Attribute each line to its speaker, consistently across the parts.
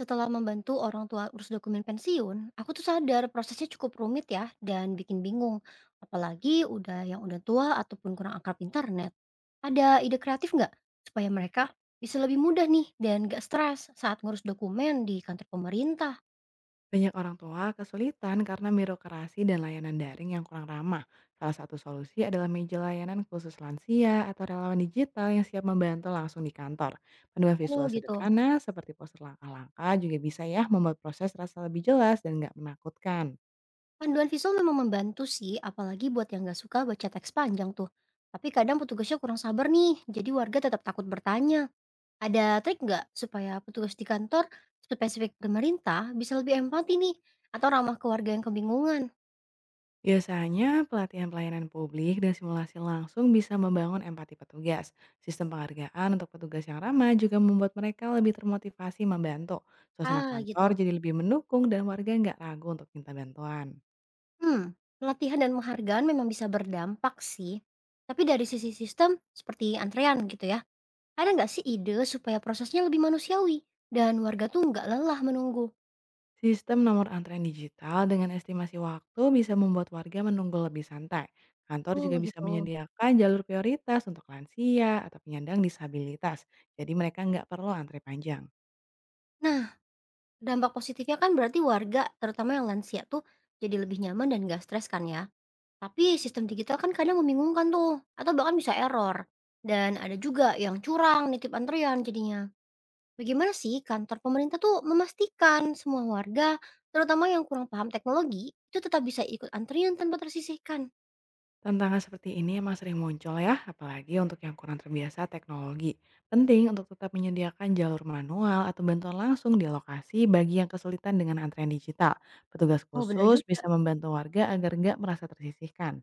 Speaker 1: Setelah membantu orang tua urus dokumen pensiun, aku tuh sadar prosesnya cukup rumit ya dan bikin bingung. Apalagi udah yang udah tua ataupun kurang akrab internet. Ada ide kreatif nggak supaya mereka bisa lebih mudah nih dan gak stres saat ngurus dokumen di kantor pemerintah?
Speaker 2: Banyak orang tua kesulitan karena birokrasi dan layanan daring yang kurang ramah. Salah satu solusi adalah meja layanan khusus lansia atau relawan digital yang siap membantu langsung di kantor. Panduan visual
Speaker 1: Oh gitu.
Speaker 2: sederhana seperti poster langkah-langkah juga bisa ya membuat proses terasa lebih jelas dan nggak menakutkan.
Speaker 1: Panduan visual memang membantu sih, apalagi buat yang gak suka baca teks panjang tuh. Tapi kadang petugasnya kurang sabar nih, jadi warga tetap takut bertanya. Ada trik nggak supaya petugas di kantor spesifik pemerintah bisa lebih empati nih atau ramah ke warga yang kebingungan?
Speaker 2: Biasanya, pelatihan pelayanan publik dan simulasi langsung bisa membangun empati petugas. Sistem penghargaan untuk petugas yang ramah juga membuat mereka lebih termotivasi membantu. Suasana
Speaker 1: Ah,
Speaker 2: kantor
Speaker 1: gitu.
Speaker 2: jadi lebih mendukung dan warga nggak ragu untuk minta bantuan.
Speaker 1: Hmm, pelatihan dan penghargaan memang bisa berdampak sih. Tapi dari sisi sistem seperti antrean gitu ya, ada nggak sih ide supaya prosesnya lebih manusiawi dan warga tuh nggak lelah menunggu?
Speaker 2: Sistem nomor antrean digital dengan estimasi waktu bisa membuat warga menunggu lebih santai. Kantor juga
Speaker 1: Oh,
Speaker 2: bisa
Speaker 1: gitu.
Speaker 2: menyediakan jalur prioritas untuk lansia atau penyandang disabilitas, jadi mereka nggak perlu antre panjang.
Speaker 1: Nah, dampak positifnya kan berarti warga, terutama yang lansia tuh jadi lebih nyaman dan nggak stres kan ya? Tapi sistem digital kan kadang membingungkan tuh, atau bahkan bisa error. Dan ada juga yang curang, nitip antrian jadinya. Bagaimana sih kantor pemerintah tuh memastikan semua warga, terutama yang kurang paham teknologi, itu tetap bisa ikut antrian tanpa tersisihkan?
Speaker 2: Tantangan seperti ini emang sering muncul ya, apalagi untuk yang kurang terbiasa teknologi. Penting untuk tetap menyediakan jalur manual atau bantuan langsung di lokasi bagi yang kesulitan dengan antrean digital. Petugas
Speaker 1: Oh bener
Speaker 2: khusus
Speaker 1: juga.
Speaker 2: bisa membantu warga agar nggak merasa tersisihkan.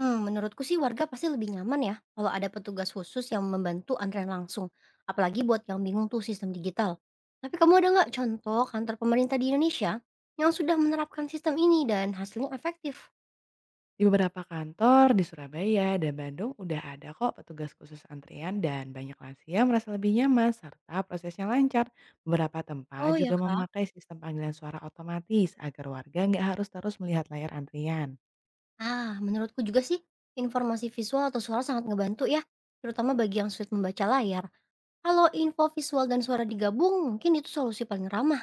Speaker 1: Hmm, menurutku sih warga pasti lebih nyaman ya kalau ada petugas khusus yang membantu antrian langsung. Apalagi buat yang bingung tuh sistem digital. Tapi kamu ada nggak contoh kantor pemerintah di Indonesia yang sudah menerapkan sistem ini dan hasilnya efektif?
Speaker 2: Di beberapa kantor di Surabaya dan Bandung udah ada kok petugas khusus antrean, dan banyak lansia merasa lebih nyaman serta prosesnya lancar. Beberapa tempat
Speaker 1: Oh ya
Speaker 2: juga
Speaker 1: kan?
Speaker 2: memakai sistem panggilan suara otomatis agar warga nggak harus terus melihat layar antrian.
Speaker 1: Ah, menurutku juga sih, informasi visual atau suara sangat ngebantu ya, terutama bagi yang sulit membaca layar. Kalau info visual dan suara digabung, mungkin itu solusi paling ramah.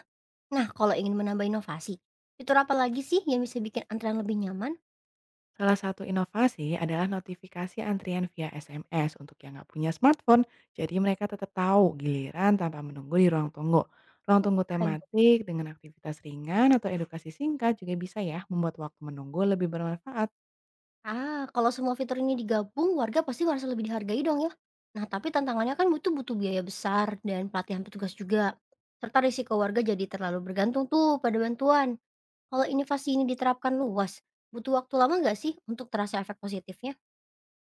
Speaker 1: Nah, kalau ingin menambah inovasi, fitur apa lagi sih yang bisa bikin antrean lebih nyaman?
Speaker 2: Salah satu inovasi adalah notifikasi antrian via SMS untuk yang nggak punya smartphone, jadi mereka tetap tahu giliran tanpa menunggu di ruang tunggu. Ruang tunggu
Speaker 1: Wah, keren tuh.
Speaker 2: tematik dengan aktivitas ringan atau edukasi singkat juga bisa ya membuat waktu menunggu lebih bermanfaat.
Speaker 1: Ah, kalau semua fitur ini digabung, warga pasti merasa lebih dihargai dong ya. Nah, tapi tantangannya kan butuh butuh biaya besar dan pelatihan petugas juga. Serta risiko warga jadi terlalu bergantung tuh pada bantuan. Kalau inovasi ini diterapkan luas, butuh waktu lama nggak sih untuk terasa efek positifnya?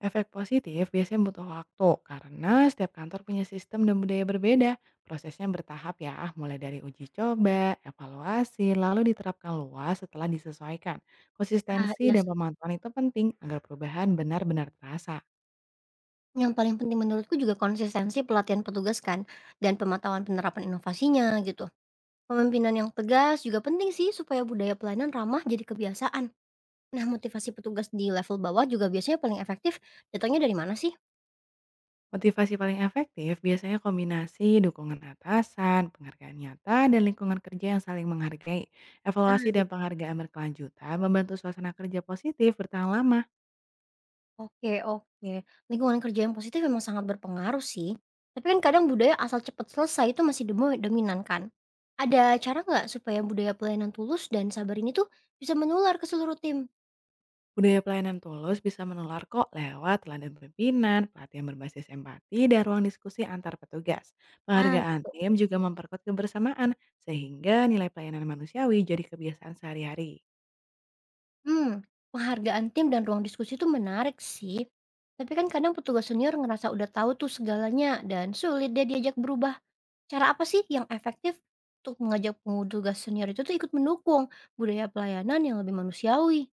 Speaker 2: Efek positif biasanya butuh waktu karena setiap kantor punya sistem dan budaya berbeda. Prosesnya bertahap ya, mulai dari uji coba, evaluasi, lalu diterapkan luas setelah disesuaikan.
Speaker 1: Ah,
Speaker 2: Konsistensi
Speaker 1: iya
Speaker 2: dan
Speaker 1: sih.
Speaker 2: pemantauan itu penting agar perubahan benar-benar terasa.
Speaker 1: Yang paling penting menurutku juga konsistensi pelatihan petugas kan, dan pemantauan penerapan inovasinya gitu. Pemimpinan yang tegas juga penting sih supaya budaya pelayanan ramah jadi kebiasaan. Nah, motivasi petugas di level bawah juga biasanya paling efektif. Datangnya dari mana sih?
Speaker 2: Motivasi paling efektif biasanya kombinasi dukungan atasan, penghargaan nyata, dan lingkungan kerja yang saling menghargai.
Speaker 1: Ah,
Speaker 2: Evaluasi dan
Speaker 1: gitu.
Speaker 2: penghargaan berkelanjutan membantu suasana kerja positif bertahan lama.
Speaker 1: Oke oke. Lingkungan kerja yang positif memang sangat berpengaruh sih. Tapi kan kadang budaya asal cepat selesai itu masih demo dominan kan. Ada cara nggak supaya budaya pelayanan tulus dan sabar ini tuh bisa menular ke seluruh tim?
Speaker 2: Budaya pelayanan tulus bisa menular kok lewat teladan pimpinan, pelatihan berbasis empati, dan ruang diskusi antar petugas.
Speaker 1: Ah
Speaker 2: Penghargaan
Speaker 1: gitu.
Speaker 2: tim juga memperkuat kebersamaan, sehingga nilai pelayanan manusiawi jadi kebiasaan sehari-hari.
Speaker 1: Hmm, penghargaan tim dan ruang diskusi itu menarik sih. Tapi kan kadang petugas senior ngerasa udah tahu tuh segalanya dan sulit dia diajak berubah. Cara apa sih yang efektif untuk mengajak petugas senior itu tuh ikut mendukung budaya pelayanan yang lebih manusiawi?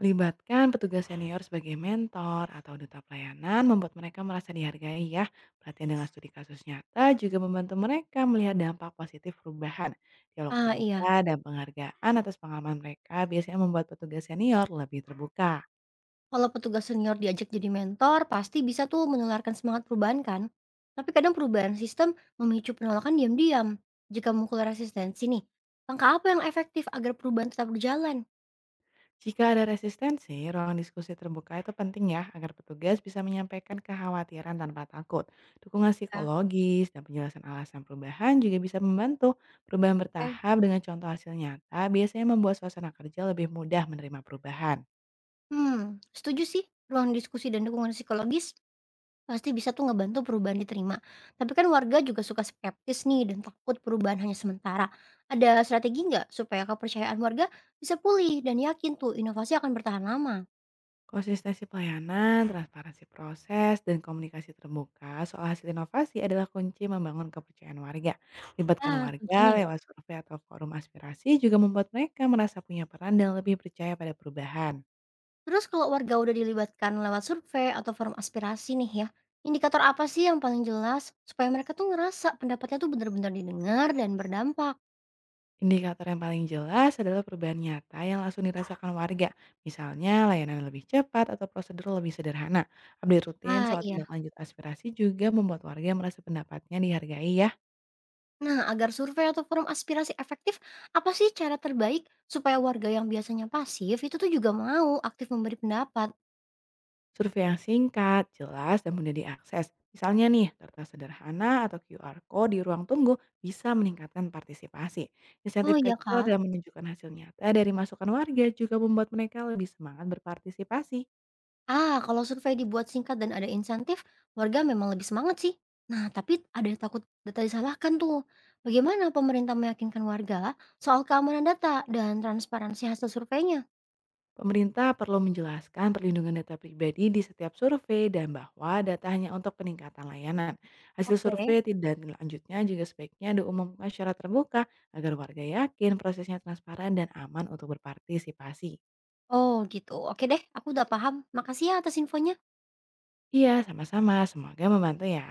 Speaker 2: Melibatkan petugas senior sebagai mentor atau duta pelayanan membuat mereka merasa dihargai ya. Pelatihan dengan studi kasus nyata juga membantu mereka melihat dampak positif perubahan. Dialog
Speaker 1: Ah iya.
Speaker 2: terbuka dan penghargaan atas pengalaman mereka biasanya membuat petugas senior lebih terbuka.
Speaker 1: Kalau petugas senior diajak jadi mentor, pasti bisa tuh menularkan semangat perubahan kan? Tapi kadang perubahan sistem memicu penolakan diam-diam. Jika memukul resistensi nih, langkah apa yang efektif agar perubahan tetap berjalan?
Speaker 2: Jika ada resistensi, ruang diskusi terbuka itu penting ya agar petugas bisa menyampaikan kekhawatiran tanpa takut. Dukungan
Speaker 1: Ya,
Speaker 2: psikologis dan penjelasan alasan perubahan juga bisa membantu perubahan
Speaker 1: oke.
Speaker 2: bertahap dengan contoh hasil nyata biasanya membuat suasana kerja lebih mudah menerima perubahan.
Speaker 1: Hmm, setuju sih. Ruang diskusi dan dukungan psikologis pasti bisa tuh ngebantu perubahan diterima. Tapi kan warga juga suka skeptis nih dan takut perubahan hanya sementara. Ada strategi nggak supaya kepercayaan warga bisa pulih dan yakin tuh inovasi akan bertahan lama?
Speaker 2: Konsistensi pelayanan, transparansi proses, dan komunikasi terbuka soal hasil inovasi adalah kunci membangun kepercayaan warga. Libatkan
Speaker 1: Ah,
Speaker 2: warga
Speaker 1: kuncinya.
Speaker 2: lewat survei atau forum aspirasi juga membuat mereka merasa punya peran dan lebih percaya pada perubahan.
Speaker 1: Terus kalau warga udah dilibatkan lewat survei atau forum aspirasi nih ya, indikator apa sih yang paling jelas supaya mereka tuh ngerasa pendapatnya tuh benar-benar didengar dan berdampak?
Speaker 2: Indikator yang paling jelas adalah perubahan nyata yang langsung dirasakan warga, misalnya layanan lebih cepat atau prosedur lebih sederhana. Update rutin
Speaker 1: Ah
Speaker 2: soal
Speaker 1: iya.
Speaker 2: tindak lanjut aspirasi juga membuat warga merasa pendapatnya dihargai ya.
Speaker 1: Nah, agar survei atau forum aspirasi efektif, apa sih cara terbaik supaya warga yang biasanya pasif itu tuh juga mau aktif memberi pendapat?
Speaker 2: Survei yang singkat, jelas, dan mudah diakses. Misalnya nih, kertas sederhana atau QR Code di ruang tunggu bisa meningkatkan partisipasi. Insentif
Speaker 1: Oh iya
Speaker 2: kecil
Speaker 1: kak.
Speaker 2: dan menunjukkan hasil nyata dari masukan warga juga membuat mereka lebih semangat berpartisipasi.
Speaker 1: Ah, kalau survei dibuat singkat dan ada insentif, warga memang lebih semangat sih. Nah, tapi ada yang takut data disalahkan tuh. Bagaimana pemerintah meyakinkan warga soal keamanan data dan transparansi hasil surveinya?
Speaker 2: Pemerintah perlu menjelaskan perlindungan data pribadi di setiap survei dan bahwa data hanya untuk peningkatan layanan. Hasil
Speaker 1: Oke.
Speaker 2: survei tidak lanjutnya juga sebaiknya diumumkan secara terbuka agar warga yakin prosesnya transparan dan aman untuk berpartisipasi.
Speaker 1: Oh, gitu. Oke deh, aku udah paham. Makasih ya atas infonya.
Speaker 2: Iya, sama-sama. Semoga membantu ya.